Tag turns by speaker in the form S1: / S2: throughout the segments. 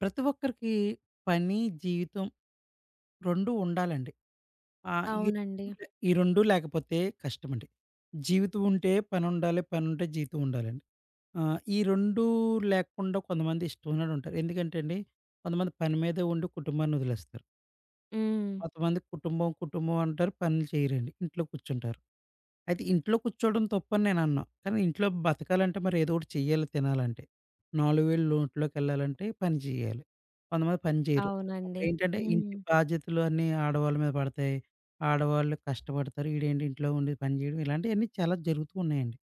S1: ప్రతి ఒక్కరికి పని, జీవితం 2 ఉండాలండి. ఈ
S2: అవునండి.
S1: 2 లే ఈ 2 లేకపోతే కష్టమండి. జీవితం ఉంటే పనుండాలి, పనుంటే జీవితం ఉండాలండి. ఈ 2 లేకుండా కొంతమంది ఇష్టమైనోడుంటారు. ఎందుకంటే అండి, కొంతమంది పని మీదే ఉండి కుటుంబాన్ని వదిలేస్తారు.
S2: హ్మ్.
S1: కొంతమంది కుటుంబం, కుటుంబం అంటారు. పనులు చేయరండి. ఇంట్లో కూర్చుంటారు. అయితే ఇంట్లో కూర్చోవడం తప్పని నేననను. కానీ ఇంట్లో బతకాలంటే మరి ఏదో ఒకటి చెయ్యాలి తినాలంటే. 4 వేళ్ళు నోట్లోకెళ్ళాలంటే పని చేయాలి. కొంతమంది పని చేయరు.
S2: అవునండి.
S1: అప్పుడేంటంటే
S2: హ్మ్.
S1: ఇంటి బాధ్యతలు అన్నీ ఆడవాళ్ళ మీద పడతాయి. ఆడవాళ్ళు కష్టపడతారు. ఈడేంటి ఇంట్లో ఉండి పని చేయడం ఇలాంటియన్నీ చాలా జరుగుతూ ఉన్నాయండి.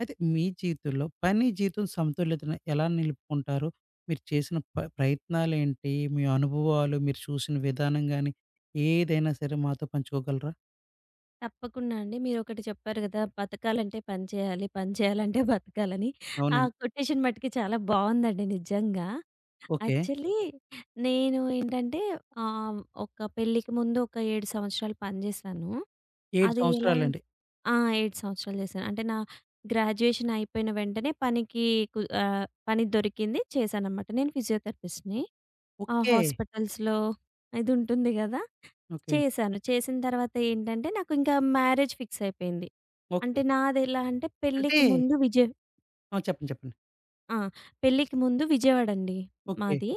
S1: అయితే మీ జీవితంలో పని, జీవితం సమతుల్యతను ఎలా నిలుపుకుంటారు? మీరు చేసిన ప్రయత్నాలేంటి? మీ అనుభవాలు, మీరు చూసిన విధానం గాని ఏదైనా సరే మాతో పంచుకోగలరా?
S2: తప్పకుండా అండి. మీరొకటి చెప్పారు గదా! బతకాలంటే పని చేయాలి, పని చేయాలంటే బతకాలని. ఆ
S1: అవునండి.
S2: కొటేషన్ మట్టుకి చాలా బావుందండి నిజంగా.
S1: ఓకే.
S2: యాక్చువల్లీ నేను ఏంటంటే ఒక పెళ్ళికి ముందు ఒక 7 సంవత్సరాలు పని జేశాను.
S1: 7
S2: అది ఎలా అం-
S1: సంవత్సరాలండి.
S2: ఆ! 7 సంవత్సరాలు జేశాను. అంటే నా గ్రాడ్యుయేషన్ అయిపోయిన వెంటనే పనికి పని దొరికింది చేశాననమాట. నేను ఫిజియోథెరపిస్ట్‌ని. ఆ
S1: ఓకే.
S2: హాస్పిటల్స్‌లో ఇదుంటుంది గదా!
S1: ఓకే.
S2: చేశాను. చేసిన తర్వాత ఏంటంటే, నాకు ఇంకా మ్యారేజ్ ఫిక్స్ అయిపోయింది.
S1: ఓకే.
S2: అంటే నాదెలా అంటే
S1: అంటే
S2: పెళ్ళికి ముందు విజయ్
S1: ఆ! చెప్పండి. చెప్పండి.
S2: ఆ! పెళ్ళికి ముందు విజయవాడండి
S1: ఓకే.
S2: మాది.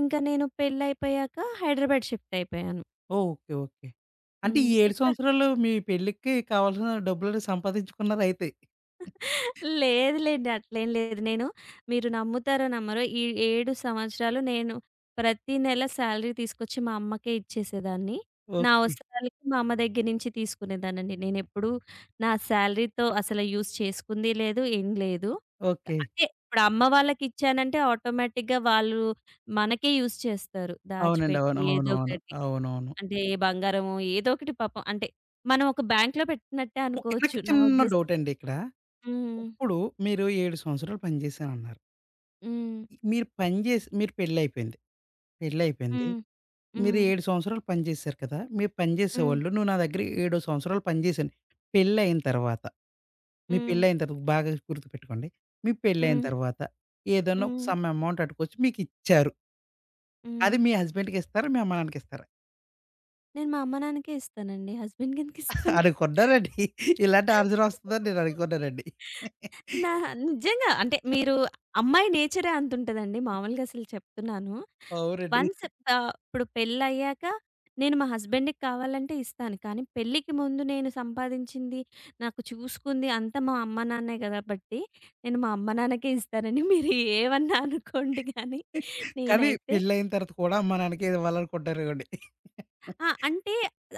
S2: ఇంకా నేను పెళ్ళైపోయాక హైదరాబాద్ షిఫ్ట్ అయిపోయాను.
S1: ఓకే. ఓకే. అంటే ఈ
S2: హ్మ్.
S1: 7 సంవత్సరాలు మీ పెళ్ళికి కావాల్సిన డబ్బులు సంపాదించుకున్నారయితే.
S2: లేదు లేండి. అట్లేం లేదు. మీరు నమ్ముతారో నమ్మరో ఈ 7 సంవత్సరాలు నేను ప్రతి నెల సాలరీ తీసుకొచ్చి మా అమ్మకే ఇచ్చేసేదాన్ని. నా
S1: ఓకే.
S2: అవసరాలకి మా అమ్మ దగ్గర నుంచి తీసుకునేదాన్నండి. నేనెప్పుడూ నా సాలరీతో అసలు యూజ్ చేసుకుంది లేదు. ఏం లేదు.
S1: ఓకే.
S2: అంటే ఇప్పుడు అమ్మ వాళ్ళకిచ్చానంటే ఆటోమేటిక్‌గా వాళ్ళు మనకే యూజ్ చేస్తారు.
S1: అవునండి.
S2: దాచిపెట్టి
S1: అవును.
S2: ఏదో
S1: అవునవును.
S2: ఒకటి.
S1: అవునవును.
S2: అంటే బంగారమో ఏదో ఒకటి పాపం అంటే మనం ఒక బ్యాంక్‌లో పెట్టినట్టే
S1: ఓకే.
S2: అనుకోవచ్చు
S1: నాకు
S2: నా
S1: చిన్న
S2: ఉద్దేశంలో.
S1: డౌటండి ఇక్కడ.
S2: హ్మ్.
S1: ఇప్పుడు మీరు 7 సంవత్సరాలు పనిచేశానన్నారు.
S2: హ్మ్.
S1: మీరు పని చేసి మీరు పెళ్ళయిపోయింది. పెళ్ళయిపోయింది.
S2: హ్మ్.
S1: మీరు
S2: హ్మ్.
S1: 7 సంవత్సరాలు పని చేశారు కదా! మీరు పని
S2: హ్మ్.
S1: చేసేవాళ్ళు. నువ్వు నా దగ్గర 7 సంవత్సరాలు పని చేశాను. పెళ్ళయిన తర్వాత, మీ
S2: హ్మ్.
S1: పెళ్ళయిన తర్వాత బాగా గుర్తుపెట్టుకోండి. మీ పెళ్ళయిన
S2: హ్మ్.
S1: తర్వాత ఏదన్నా ఒక
S2: హ్మ్.
S1: సమ్ అమౌంట్ అట్టుకొచ్చి మీకిచ్చారు.
S2: హ్మ్.
S1: అది మీ హస్బెండ్‌కి ఇస్తారా? మీ అమ్మ నాన్నకి ఇస్తారా?
S2: నేను మా అమ్మ నాన్నకే ఇస్తానండి. హస్బెండ్‌కెందుకు ఇస్తాను?
S1: అనుకున్నానండి. ఇలాంటి ఆన్సర్ వస్తదని నేను అనుకున్నానండి.
S2: నా నిజంగా అంటే అమ్మాయి నేచరే అంతుంటదండి. మామూలుగా అసలు చెప్తున్నాను.
S1: అవునండి.
S2: వన్స్ ఇప్పుడు పెళ్ళయ్యాక నేను మా హస్బెండ్‌కి కావాలంటే ఇస్తాను. కానీ పెళ్ళికి ముందు నేను సంపాదించింది, నాకు చూసుకుంది అంతా మా అమ్మ నాన్నే కాబట్టి నేను మా అమ్మ నాన్నకే ఇస్తానని మీరు ఏమన్నా అనుకోండి కానీ
S1: కానీ
S2: నేనైతే.
S1: పెళ్ళయిన తర్వాత కూడా అమ్మ నాన్నకే ఇవ్వాలనుకుంటారేమోండి.
S2: అంటే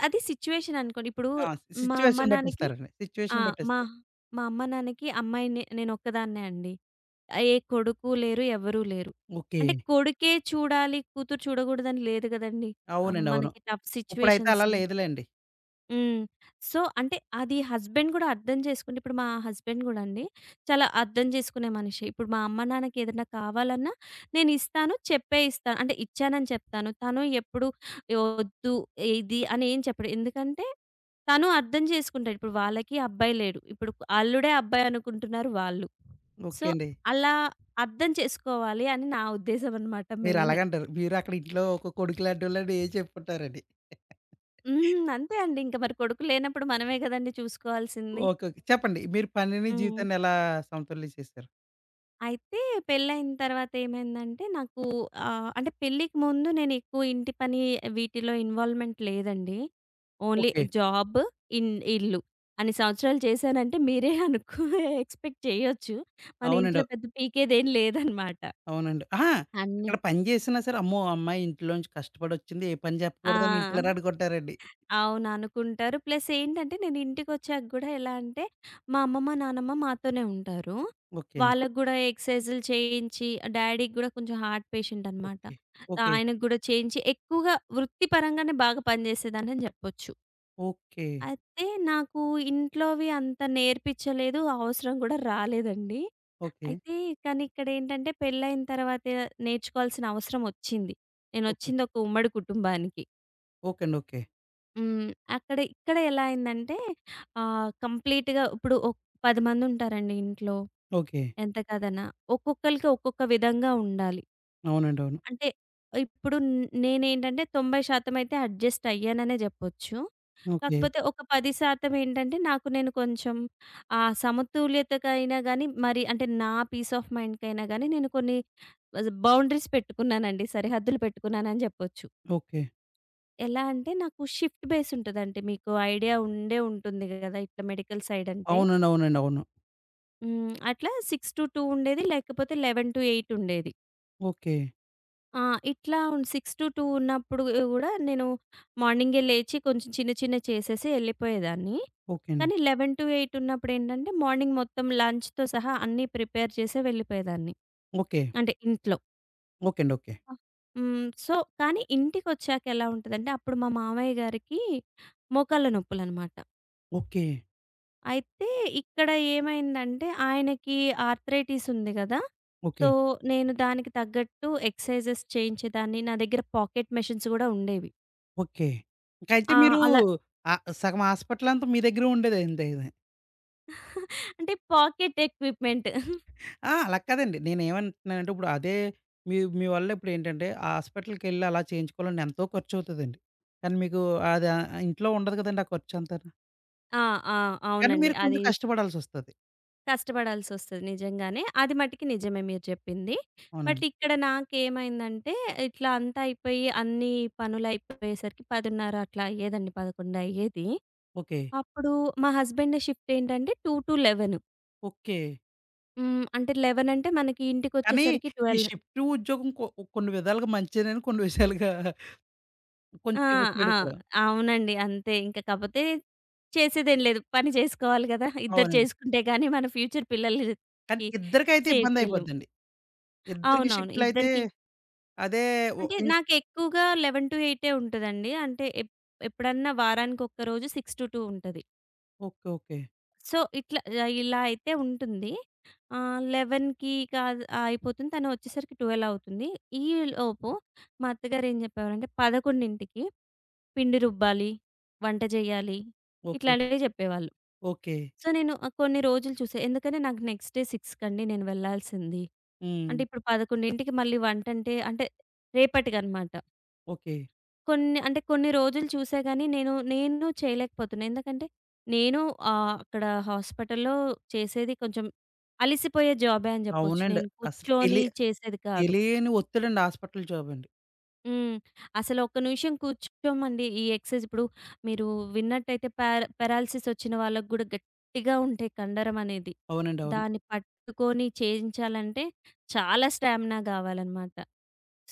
S2: అది సిట్యుయేషన్ అనుకోండి. ఇప్పుడు
S1: ఆ!
S2: మా అమ్మ,
S1: సిట్యుయేషన్
S2: నాన్నకి
S1: బట్టిస్తారండి.
S2: ఆ!
S1: సిట్యుయేషన్
S2: మా
S1: బట్టిస్తారు.
S2: మా అమ్మ, నాన్నకి అమ్మాయిని నేనొక్కదాన్నే అండి. ఏ కొడుకు లేరు, ఎవ్వరూ లేరు.
S1: ఓకే.
S2: అంటే కొడుకే చూడాలి, కూతురు చూడకూడదని లేదు గదండీ!
S1: అవునండి. అవును.
S2: మనకి టఫ్
S1: ఇప్పుడైతే అలా
S2: సిట్యుయేషన్స్‌లో.
S1: లేదులెండి.
S2: హ్మ్. సో, అంటే అది హస్బెండ్ గూడా అర్థం చేసుకుంటే ఇప్పుడు మా హస్బెండ్ గూడా అండి చాలా అర్థం చేసుకునే మనిషి. ఇప్పుడు మా అమ్మ, నాన్నకి ఏదన్నా కావాలన్నా నేనిస్తాను. చెప్పే ఇస్తాను. అంటే ఇచ్చానని చెప్తాను. తను ఎప్పుడు ఒద్దు ఇది అని ఏం చెప్పడు. ఎందుకంటే తను అర్థం చేసుకుంటాడు. ఇప్పుడు వాళ్ళకి అబ్బాయి లేడు. ఇప్పుడు అల్లుడే అబ్బాయి అనుకుంటున్నారు వాళ్ళు. సో,
S1: ఓకే అండి.
S2: అలా అర్థం చేసుకోవాలి అని నా ఉద్దేశం అన్నమాట
S1: మీరు
S2: మెయిన్.
S1: అలాగంటారు. మీరు అక్కడ ఇంట్లో ఒక కొడుకులాంటోళ్ళని ఏం చెప్పుంటారండి.
S2: హ్మ్. అంతే అండి. ఇంక మరి కొడుకు లేనప్పుడు మనమే గదండీ చూసుకోవాల్సింది.
S1: ఓకే. ఓకే. చెప్పండి. మీరు పనిని
S2: హ్మ్.
S1: జీవితాన్ని ఎలా సమతుల్యం చేశారు?
S2: అయితే పెళ్ళైన తర్వాత ఏమైందంటే నాకు అంటే పెళ్ళికి ముందు నేను ఎక్కువ ఇంటి పని వీటిలో ఇన్వాల్వ్‌మెంట్ లేదండి. Only
S1: okay.
S2: జాబ్, ఇన్ ఇల్లు. అన్ని సంవత్సరాలు చేశానంటే మీరే అనుకో ఎక్స్‌పెక్ట్ చేయొచ్చు. మన
S1: అవునండి.
S2: ఇంట్లో పెద్ద పీకేదేం లేదనమాట.
S1: అవునండి. అహా!
S2: అన్ని
S1: ఇక్కడ పని చేసినా సరే, అమ్మో! అమ్మాయి ఇంట్లోంచి కష్టపడొచ్చింది. ఏ పని
S2: ఆ!
S1: చెప్పకూడదని ఇంట్లో రడగొట్టారండి.
S2: అవును. అనుకుంటారు. ప్లస్ ఏంటంటే నేను ఇంటికొచ్చాక గూడా ఎలా అంటే, మా అమ్మమ్మ, నానమ్మ మాతోనే ఉంటారు.
S1: ఓకే అండి.
S2: వాళ్ళకి గూడా ఎక్సర్‌సైజులు చేయించి, డ్యాడీకి గూడా కొంచెం హార్ట్ పేషెంట్ అనమాట.
S1: ఓకే. ఓకే.
S2: ఆయనకి గూడా చేయించి ఎక్కువగా వృత్తిపరంగానే బాగా పనిజేసేదాన్నని జెప్పొచ్చు.
S1: ఓకే.
S2: అయితే నాకు ఇంట్లోవి అంత నేర్పించలేదు. అవసరం గూడా రాలేదండి.
S1: ఓకే.
S2: అయితే కానీ ఇక్కడేంటంటే పెళ్లయిన తర్వాతే నేర్చుకోవాల్సిన అవసరం ఒచ్చింది.
S1: ఓకే.
S2: నేనొచ్చింది ఒక ఉమ్మడి కుటుంబానికి.
S1: ఓకే అండి. ఓకే.
S2: హ్మ్. ఇక్కడ ఎలా అయిందంటే కంప్లీట్‌గా ఇప్పుడు 10 మందుంటారండి ఇంట్లో.
S1: ఓకే.
S2: ఎంత కాదన్నా. ఒక్కొక్కళ్ళకి ఒక్కొక్క విధంగా ఉండాలి.
S1: అవునండి. అవును.
S2: అంటే ఇప్పుడు నేనేంటంటే 90% అయితే అడ్జస్ట్ అయ్యాననే జెప్పొచ్చు.
S1: ఓకే.
S2: కాకపోతే ఒక 10% ఏంటంటే నాకు నేను కొంచెం ఆ సమతుల్యతకైనా గానీ, మరి అంటే నా పీస్ ఆఫ్ మైండ్‌కైనా గానీ నేను కొన్ని బౌండరీస్ పెట్టుకున్నానండి. సరిహద్దులు పెట్టుకున్నానని జెప్పొచ్చు.
S1: ఓకే.
S2: ఎలా అంటే నాకు షిఫ్ట్ బేస్ ఉంటదండి. మీకు ఐడియా ఉండే ఉంటుంది గదా! ఇట్లా మెడికల్ సైడ్ అంటే.
S1: అవునండి. అవునండి. అవును.
S2: హ్మ్. అట్లా 6-2 ఉండేది. లేకపోతే 11-8 ఉండేది.
S1: ఓకే.
S2: ఆ! ఇట్లా 6-2 ఉన్నప్పుడు గూడా నేను మార్నింగే లేచి కొంచెం చిన్న చిన్నవి చేసేసి ఎళ్ళిపోయేదాన్ని.
S1: ఓకే అండి.
S2: కానీ 11-8 ఉన్నప్పుడేంటంటే మార్నింగ్ మొత్తం లంచ్‌తో సహా అన్నీ ప్రిపేర్ చేసే వెళ్ళిపోయేదాన్ని.
S1: ఓకే.
S2: అంటే ఇంట్లో.
S1: ఓకే అండి. ఓకే.
S2: ఆ! హ్మ్. సో, కానీ ఇంటికొచ్చాక ఎలా ఉంటదంటే అప్పుడు మా మామయ్య గారికి మోకాళ్ళ నొప్పులనమాట.
S1: ఓకే.
S2: అయితే ఇక్కడ ఏమైందంటే ఆయనకి ఆర్థరైటిస్ ఉంది గదా!
S1: ఓకే.
S2: సో, నేను దానికి తగ్గట్టు ఎక్సర్సైజెస్ చేయించేదాన్ని. నా దగ్గర పాకెట్ మెషిన్స్ గూడా ఉండేవి.
S1: ఓకే. ఇంకైతే
S2: ఆ!
S1: మీరు
S2: అలా
S1: సగం హాస్పిటల్ అంతా మీ దగ్గరే ఉండేదండి ఇది.
S2: అంటే పాకెట్ ఎక్విప్‌మెంట్.
S1: ఆ! అలా కాదండి. నేనేమంటున్నానంటే ఇప్పుడు అదే మీ మీ వల్ల ఇప్పుడేంటంటే ఆ హాస్పిటల్‌కెళ్ళి అలా చేయించుకోవాలంటే ఎంతో ఖర్చవుతదండి. కానీ మీకు అది ఇంట్లో ఉండదు కదండీ ఆ ఖర్చంతాను.
S2: ఆ! ఆ!
S1: కానీ
S2: అవునండి.
S1: మీరు కొంచెం
S2: అది
S1: కష్టపడాల్సొస్తది.
S2: కష్టపడాల్సొస్తది నిజంగానే. అది మటికి నిజమే మీరు జెప్పింది. బట్
S1: అవునండి.
S2: ఇక్కడ నాకేమైందంటే ఇట్లా అంతా అయిపోయి అన్ని పనులయిపోయేసరికి 10:30 అట్లా అయ్యేదండి. 11 అయ్యేది.
S1: ఓకే.
S2: అప్పుడు మా హస్బెండ్ షిఫ్ట్ ఏంటంటే 2-11.
S1: ఓకే.
S2: హ్మ్. అంటే 11 అంటే మనకి
S1: కానీ
S2: ఇంటికొచ్చేసరికి
S1: ఈ
S2: 12.
S1: షిఫ్ట్ ఉద్యోగం కొన్ని విధాలుగా మంచిదేనండి. కొన్ని విషయాలుగా
S2: ఆ!
S1: కొంచెం
S2: ఆ!
S1: చెడు కూడా.
S2: అవునండి. అంతే. ఇంక కాపోతే చేసేదేం లేదు. పని చేసుకోవాలి గదా! ఇద్దరు
S1: అవునండి.
S2: చేసుకుంటే గానీ మన ఫ్యూచర్ పిల్లలకి
S1: కానీ ఇద్దరికైతే
S2: సేవ్ చేయలేము.
S1: ఇబ్బందయిపోద్దండి. ఇద్దరికి
S2: అవునవును.
S1: షిఫ్ట్‌లయితే
S2: ఇద్దరికి
S1: అదే ఒ
S2: అంటే
S1: ఇన్
S2: నాకెక్కువగా 11-8 ఉంటదండి. అంటే ఎప్పుడన్నా వారానికొక్కరోజు 6-2 ఉంటది.
S1: ఓకే. ఓకే.
S2: సో, ఇట్లా ఇలా అయితే ఉంటుంది. 11కి కాదు అయిపోతుంది. తను వచ్చేసరికి 12 అవుతుంది. ఈలోపు మా అత్తగారేం జెప్పేవారంటే 11కి పిండి రుబ్బాలి, వంట చేయాలి.
S1: ఓకే.
S2: ఇట్లాంటివి చెప్పేవాళ్ళు.
S1: ఓకే.
S2: సో, నేను కొన్ని రోజులు చూసా. ఎందుకంటే నాకు నెక్స్ట్ డే 6 కండి నేను వెళ్ళాల్సింది.
S1: హ్మ్.
S2: అంటే ఇప్పుడు 11కి మళ్ళీ వంటంటే అంటే రేపటికనమాట.
S1: ఓకే.
S2: కొన్ని అంటే కొన్ని రోజులు చూసా గానీ నేను చేయలేకపోతున్నా. ఎందుకంటే నేను అక్కడ హాస్పిటల్‌లో చేసేది కొంచెం అలిసిపోయే జాబే అని చెప్పొచ్చు.
S1: అవునండి.
S2: నేను
S1: అసలు
S2: కూర్చొని
S1: తెలి
S2: చేసేది కాదు.
S1: తెలియని ఒత్తిడండి హాస్పిటల్ జాబండి.
S2: హ్మ్. అసలు ఒక్క నిమిషం కూర్చోమండి. ఈ ఎక్సర్‌సైజ్ ఇప్పుడు మీరు విన్నట్టయితే పారాలిసిస్ వచ్చిన వాళ్ళకి గూడా గట్టిగా ఉంటే కండరం అనేది.
S1: అవునండి. అవును.
S2: దాన్ని పట్టుకొని చేయించాలంటే చాలా స్టామినా గావాలనమాట.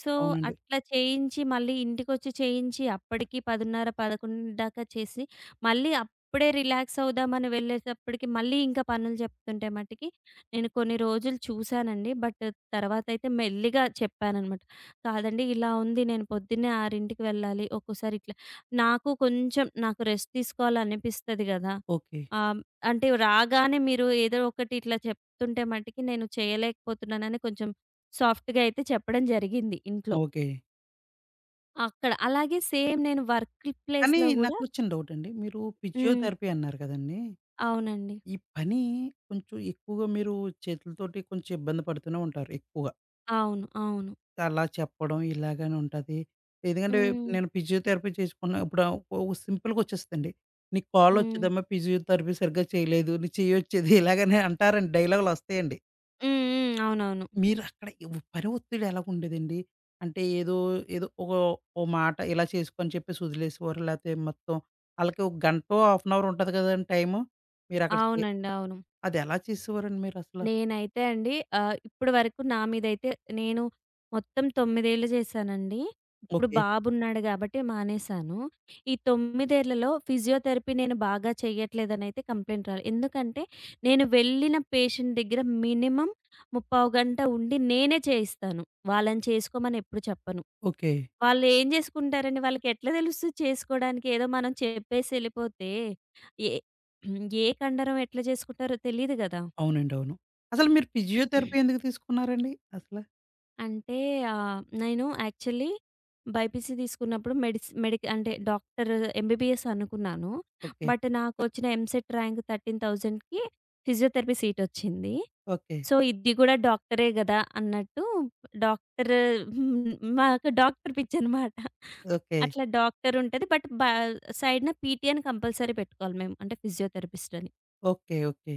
S2: సో,
S1: అవునండి.
S2: అట్లా చేయించి మళ్ళీ ఇంటికొచ్చి చేయించి అప్పటికి 10:30, 11 దాకా చేసి మళ్ళీ అప్పుడే రిలాక్స్ అవుదామని వెళ్ళేటప్పటికి మళ్ళీ ఇంకా పనులు చెప్తుంటే మటికి నేను కొన్ని రోజులు చూసానండి. బట్ తర్వాతయితే మెల్లిగా చెప్పాననమాట. కాదండి. ఇలా ఉంది. నేను పొద్దున్నే 6కి వెళ్ళాలి. ఒక్కోసారి ఇట్లా నాకు కొంచెం నాకు రెస్ట్ తీసుకోవాలనిపిస్తది గదా!
S1: ఓకే.
S2: ఆహ్, అంటే రాగానే మీరు ఏదో ఒకటి ఇట్లా చెప్తుంటే మటికి నేను చేయలేకపోతున్నానని కొంచెం సాఫ్ట్‌గా అయితే చెప్పడం జరిగింది ఇంట్లో.
S1: ఓకే.
S2: అక్కడ అలాగే సేమ్ నేను వర్క్
S1: కానీ
S2: ప్లేస్‌లో గూడా.
S1: నాకు చిన్న డౌటండి. మీరు
S2: హ్మ్.
S1: ఫిజియోథెరపీ అన్నారు కదండీ!
S2: అవునండి.
S1: ఈ పని కొంచెం ఎక్కువగా మీరు చేతులతోటి కొంచెం ఇబ్బంది పడుతూనే ఉంటారు ఎక్కువ.
S2: అవును. అవును.
S1: అలా చెప్పడం ఇలాగని ఉంటది. ఎందుకంటే
S2: హ్మ్.
S1: నేను ఫిజియోథెరపీ చేసుకున్న ఇప్పుడు ఓ సింపుల్‌గా వచ్చేస్తదండి. "నీకు
S2: హ్మ్.
S1: కాలొచ్చేదమ్మా ఫిజియోథెరపీ సరిగ్గా చేయలేదు. నీ చెయ్యొచ్చేది" ఇలాగని అంటారండి డైలాగులొస్తాయండి.
S2: హ్మ్. హ్మ్. అవునవును.
S1: మీరు అక్కడ పని ఒత్తిడి ఎలాగుండేదండి? అంటే ఏదో, ఏదో ఒక ఓ మాట ఇలా చేసుకో అని చెప్పేసి వదిలేసేవారా? లేతే మొత్తం ఆళ్ళకి ఒక గంటో, హాఫ్ అన్ అవర్ ఉంటది కదండీ టైము. మీరక్కడ చే
S2: అవునండి. అవును.
S1: అదెలా చేసేవారండి మీరసల?
S2: నేనైతే అండి ఇప్పటి వరకు నా మీదైతే నేను మొత్తం 9 ఏళ్ళు చేశానండి. ఇప్పుడు
S1: ఓకే.
S2: బాబున్నాడు గాబట్టి మానేశాను. ఈ 9 ఏళ్లలో ఫిజియోథెరపీ నేను బాగా చేయట్లేదనైతే కంప్లెయింట్ రాలే. ఎందుకంటే నేను వెళ్ళిన పేషెంట్ దగ్గర మినిమమ్ ముప్పావు గంట ఉండి నేనే చేయిస్తాను. వాళ్ళని చేసుకోమని ఎప్పుడు చెప్పను.
S1: ఓకే.
S2: వాళ్ళేం జేసుకుంటారండి? వాళ్ళకెట్లా తెలుస్తది చేసుకోడానికి? ఏదో మనం చెప్పేసి ఎళ్ళిపోతే ఏ ఏ కండరం ఎట్లా జేసుకుంటారో తెలీదు గదా!
S1: అవునండి. అవును. అసలు మీరు ఫిజియోథెరపీ ఎందుకు తీసుకున్నారండి అసల?
S2: అంటే నేను యాక్చువల్లీ బైపీసీ తీసుకున్నప్పుడు మెడిక్ అంటే డాక్టర్ ఎంబీబీఎస్ అనుకున్నాను.
S1: ఓకే.
S2: బట్ నాకొచ్చిన ఎంసెట్ ర్యాంక్ 13,000కి ఫిజియోథెరపీ సీటొచ్చింది.
S1: ఓకే.
S2: సో, ఇది గూడా డాక్టరే గదా! అన్నట్టు డాక్టర్ హ్మ్. మాకు డాక్టర్ పిచ్చనమాట.
S1: ఓకే.
S2: అట్లా డాక్టర్ ఉంటది. బట్ సైడ్‌న పీటీ అని కంపల్సరీ పెట్టుకోవాలి మేము. అంటే ఫిజియోథెరపిస్ట్ అని.
S1: ఓకే. ఓకే.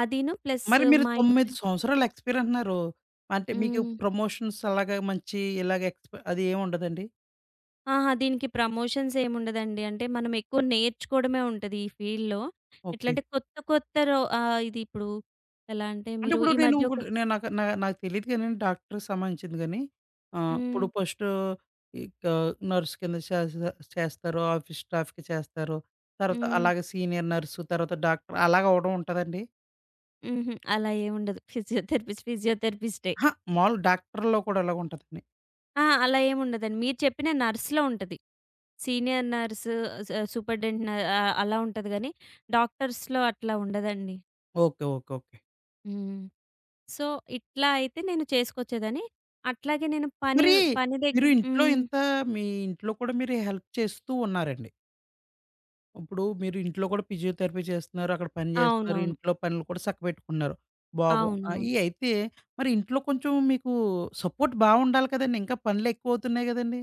S2: అదీను ప్లస్
S1: మరి మీరు
S2: మా ఇంట్లో.
S1: 9 సంవత్సరాలు ఎక్స్‌పీరియన్స్ అంటున్నారు. అంటే మీకు
S2: హ్మ్.
S1: ప్రమోషన్స్ అలాగా మంచి ఇలాగ ఎక్స్‌పీ అది ఏమి ఉండదండి?
S2: ఆహా! దీనికి ప్రమోషన్స్ ఏముండదండి. అంటే మనం ఎక్కువ నేర్చుకోవడమే ఉంటది ఈ ఫీల్డ్‌లో.
S1: ఓకే.
S2: ఎట్లంటే కొత్త కొత్త ఇది ఇప్పుడు ఎలా అంటే
S1: అంటే
S2: మీరు
S1: ఇప్పుడు
S2: ఈ
S1: నేను
S2: మధ్య ఒక.
S1: ఇంకోటి నేను నాకు నా నాకు తెలీదు కానీ డాక్టర్‌కి సంబంధించింది గాని
S2: హ్మ్.
S1: ఇప్పుడు ఫస్టు ఇక నర్స్ కింద చేస్తారు. ఆఫీస్ స్టాఫ్‌కి చేస్తారు. తర్వాత
S2: హ్మ్.
S1: అలాగే సీనియర్ నర్సు తర్వాత డాక్టర్ అలాగ అవ్వడం ఉంటదండి?
S2: హుహు. అలా ఏముండదు. ఫిజియోథెరపిస్ట్, ఫిజియోథెరపిస్టే.
S1: అహా! మాములు డాక్టర్‌లో కూడా అలాగుంటదండి.
S2: ఆ! అలా ఏముండదండి. మీరు చెప్పిన నర్స్‌లో ఉంటది. సీనియర్ నర్సు, సూపర్డెంట్ అలా ఉంటది గానీ డాక్టర్స్‌లో అట్లా ఉండదండి.
S1: ఓకే. ఓకే. ఓకే.
S2: హ్మ్. సో, ఇట్లా అయితే నేను చేసుకొచ్చేదని. అట్లాగే నేను పని
S1: మరి
S2: పని
S1: మీరు
S2: దగ్గర.
S1: ఇంట్లో
S2: హ్మ్.
S1: ఇంత మీ ఇంట్లో కూడా మీరు హెల్ప్ చేస్తూ ఉన్నారండి. ఇప్పుడు మీరు ఇంట్లో కూడా ఫిజియోథెరపీ చేస్తున్నారు. అక్కడ పని చేస్తున్నారు.
S2: అవునవును.
S1: ఇంట్లో పనులు కూడా చక్కబెట్టుకున్నారు. బాబు
S2: అవునవును.
S1: ఈ అయితే మరి ఇంట్లో కొంచెం మీకు సపోర్ట్ బావుండాలి కదండీ! ఇంకా పనులు ఎక్కువ అవుతున్నాయి గదండీ!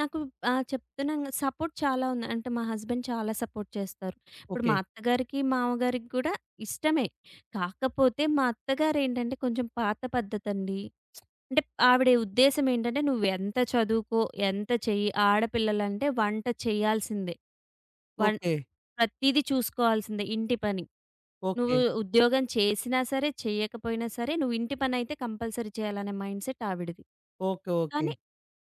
S2: నాకు చెప్తున్నాను కదా! సపోర్ట్ చాలా ఉంది. అంటే మా హస్బెండ్ చాలా సపోర్ట్ చేస్తారు. ఇప్పుడు మా
S1: ఓకే.
S2: అత్తగారికి, మామగారికి కూడా ఇష్టమే. కాకపోతే మా అత్తగారేంటంటే కొంచెం పాత పద్ధతండి. అంటే ఆవిడ ఉద్దేశ్యం ఏంటంటే, "నువ్వెంత చదువుకో, ఎంత చెయ్యి, ఆడపిల్లలంటే వంట చేయాల్సిందే. One
S1: okay.
S2: ప్రతీదీ చూసుకోవాల్సిందే ఇంటి పని. నువ్వు
S1: ఓకే.
S2: ఉద్యోగం చేసినా సరే, చేయకపోయినా సరే, నువ్వు ఇంటి పనైతే కంపల్సరీ చేయాలనే" మైండ్‌సెట్ ఆవిడది.
S1: ఓకే. ఓకే.
S2: కానీ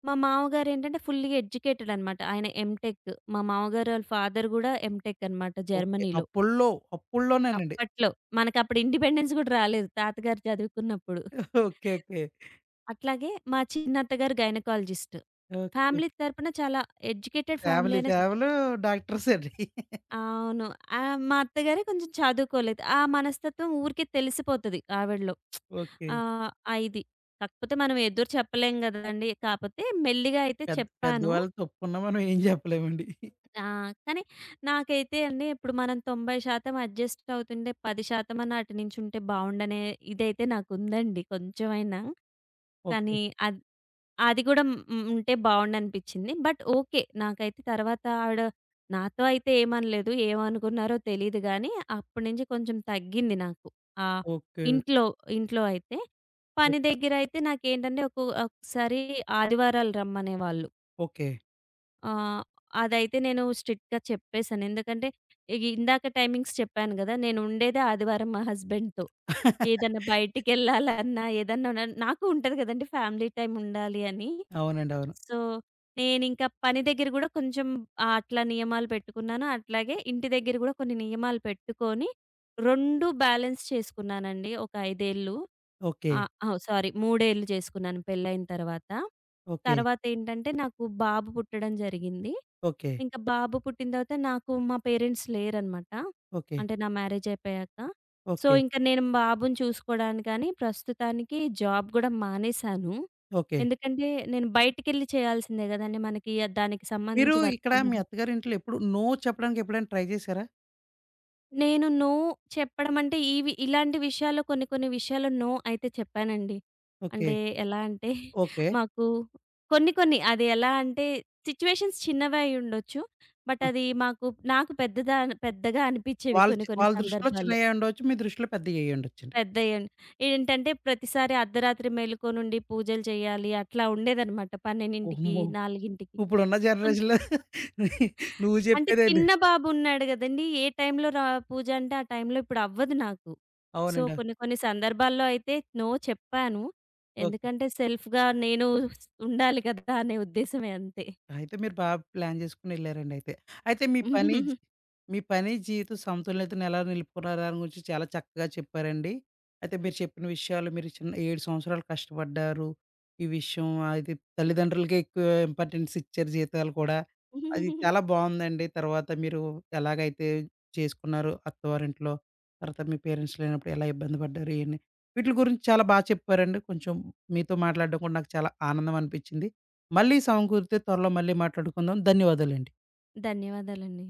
S2: మా మామగారేంటంటే ఫుల్లీ ఎడ్యుకేటెడ్ అనమాట. ఆయన ఎంటెక్. మా మామగారు ఆళ్ళ ఫాదర్ గూడా ఎంటెక్ అనమాట
S1: ఓకే.
S2: జర్మనీలో.
S1: అప్పుల్లోనేనండి.
S2: అప్పట్లో. మనకప్పుడు ఇండిపెండెన్స్ గూడా రాలేదు. తాతగారు చదువుకున్నప్పుడు.
S1: ఓకే. ఓకే.
S2: అట్లాగే మా చిన్నత్తగారు గైనకాలజిస్ట్.
S1: ఓకే.
S2: ఫ్యామిలీ తరపున చాలా ఎడ్యుకేటెడ్ ఫ్యామిలీ
S1: ఫ్యామిలీ
S2: అనే చెప్పొచ్చు.
S1: ఫేవలు డాక్టర్సండి.
S2: అవును. మా అత్తగారే కొంచెం చదువుకోలేదు. ఆ మనస్తత్వం ఊరికే తెలిసిపోతది ఆవిడలో.
S1: ఓకే.
S2: ఆ! ఇది. కాకపోతే మనం ఎదురు చెప్పలేం గదండీ! కాపోతే మెల్లిగా అయితే
S1: పెద్ద
S2: చెప్పాను.
S1: పెద్దవాళ్ళు తప్పున్నా మనం ఏం చెప్పలేమండి.
S2: ఆ! కానీ నాకైతే అండి ఇప్పుడు మనం 90% అడ్జస్ట్ అవుతుండే 10% అన్నా అటు నుంచుంటే బావుండనే ఇదైతే నాకుందండి కొంచెమైనా.
S1: ఓకే.
S2: కానీ అద్ అది కూడా ఉంటే బావుండనిపించింది. But okay. నాకైతే తర్వాత ఆవిడ నాతో అయితే ఏమనలేదు. ఏమనుకున్నారో తెలీదు గానీ అప్పటి నుంచి కొంచెం తగ్గింది నాకు. ఆహ్,
S1: ఓకే.
S2: ఇంట్లో ఇంట్లో అయితే.
S1: ఓ
S2: పని దగ్గర అయితే నాకేంటంటే ఒకసారి ఆదివారాలు రమ్మనేవాళ్ళు.
S1: ఓకే.
S2: ఆ! అదైతే నేను స్ట్రిక్ట్‌గా చెప్పేసాను. ఎందుకంటే ఇగ ఇందాక టైమింగ్స్ చెప్పాను గదా! నేను ఉండేదే ఆదివారం మా హస్బెండ్‌తో. ఏదన్నా బయటికెళ్ళాలన్నా, ఏదన్నా నాకు ఉంటది గదండీ ఫ్యామిలీ టైమ్ ఉండాలి అని.
S1: అవునండి. అవును.
S2: సో, నేనింకా పని దగ్గర గూడా కొంచెం అట్లా నియమాలు పెట్టుకున్నాను. అట్లాగే ఇంటి దగ్గర గూడా కొన్ని నియమాలు పెట్టుకొని 2 బ్యాలెన్స్ చేసుకున్నానండి. ఒక 5 ఏళ్ళు
S1: ఓకే.
S2: అహో! సారీ, 3 ఏళ్ళు చేసుకున్నాను పెళ్ళైన తర్వాత.
S1: ఓకే.
S2: తర్వాతేంటంటే నాకు బాబు పుట్టడం జరిగింది.
S1: ఓకే.
S2: ఇంకా బాబు పుట్టిన తర్వాత నాకు మా పేరెంట్స్ లేరనమాట.
S1: ఓకే.
S2: అంటే నా మ్యారేజ్ అయిపోయాక. So,
S1: okay.
S2: ఇంక నేను బాబుని చూసుకోవడానికని ప్రస్తుతానికి జాబ్ గూడా మానేశాను.
S1: ఓకే.
S2: ఎందుకంటే, నేను బయటికెళ్ళి చేయాల్సిందే గదండీ! మనకి ఆ దానికి
S1: మీరు
S2: సంబంధించి వర్క్
S1: ఇక్కడ
S2: ఫ్రమ్
S1: మీ
S2: హోమ్.
S1: అత్తగారింట్లో ఎప్పుడు నో చెప్పడానికి ఎప్పుడైనా ట్రై చేసారా?
S2: నేను నో చెప్పడం అంటే ఇవి ఇలాంటి విషయాల్లో కొన్ని కొన్ని విషయాల్లో నో అయితే చెప్పానండి.
S1: ఓకే.
S2: అంటే ఎలా అంటే
S1: ఓకే.
S2: మాకు కొన్ని కొన్ని అది ఎలా అంటే సిట్యుయేషన్స్ చిన్నవే అయ్యుండొచ్చు. బట్
S1: ఆ!
S2: అది మాకు నాకు పెద్దగా అనిపించేవి కొన్ని కొన్ని
S1: వాళ్ళ దృష్టిలో
S2: సందర్భాల్లో.
S1: చిన్నయ్యే ఉండొచ్చు. మీ దృష్టిలో పెద్దయ్యే అయ్యుండొచ్చండి.
S2: పెద్దయ్యాను. ఏంటంటే ప్రతిసారి అర్ధరాత్రి మేలుకోనుండి పూజలు చేయాలి అట్లా ఉండేదనమాట 12కి,
S1: వామ్మో!
S2: 4కి.
S1: ఇప్పుడున్న జనరేషన్‌లో నువ్వు
S2: అంటే
S1: చెప్పేదేంటి?
S2: చిన్న బాబున్నాడు గదండీ! ఏ టైంలో పూజ అంటే ఆ టైంలో ఇప్పుడవ్వదు నాకు. సో,
S1: అవునండి.
S2: కొన్ని కొన్ని సందర్భాల్లో అయితే నో చెప్పాను.
S1: ఓకే.
S2: ఎందుకంటే సెల్ఫ్‌గా నేను ఉండాలి కదా! అనే ఉద్దేశమే అంతే.
S1: అయితే మీరు బాగా ప్లాన్ చేసుకొని ఎళ్లారండి అయితే. అయితే మీ పని, జీవిత సమతుల్యతను ఎలా నిలుపుకున్నారు దాని గురించి చాలా చక్కగా చెప్పారండి. అయితే మీరు చెప్పిన విషయాలు మీరు చిన్న 7 సంవత్సరాలు కష్టపడ్డారు. ఈ విషయం అది తల్లిదండ్రులకే ఎక్కువ ఇంపార్టెన్స్ ఇచ్చారు జీతాలు కూడా. అది చాలా బావుందండి. తర్వాత మీరు ఎలాగైతే చేసుకున్నారు అత్తవారింట్లో, తర్వాత మీ పేరెంట్స్ లేనప్పుడు ఎలా ఇబ్బంది పడ్డారు ఇయన్నీ. వీటిల గురించి చాలా బా చెప్పారండి. కొంచెం మీతో మాట్లాడడం కూడా నాకు చాలా ఆనందం అనిపించింది. మళ్ళీ సమకూరితే త్వరలో మళ్ళీ మాట్లాడుకుందాం. ధన్యవాదాలండి.
S2: ధన్యవాదాలండి.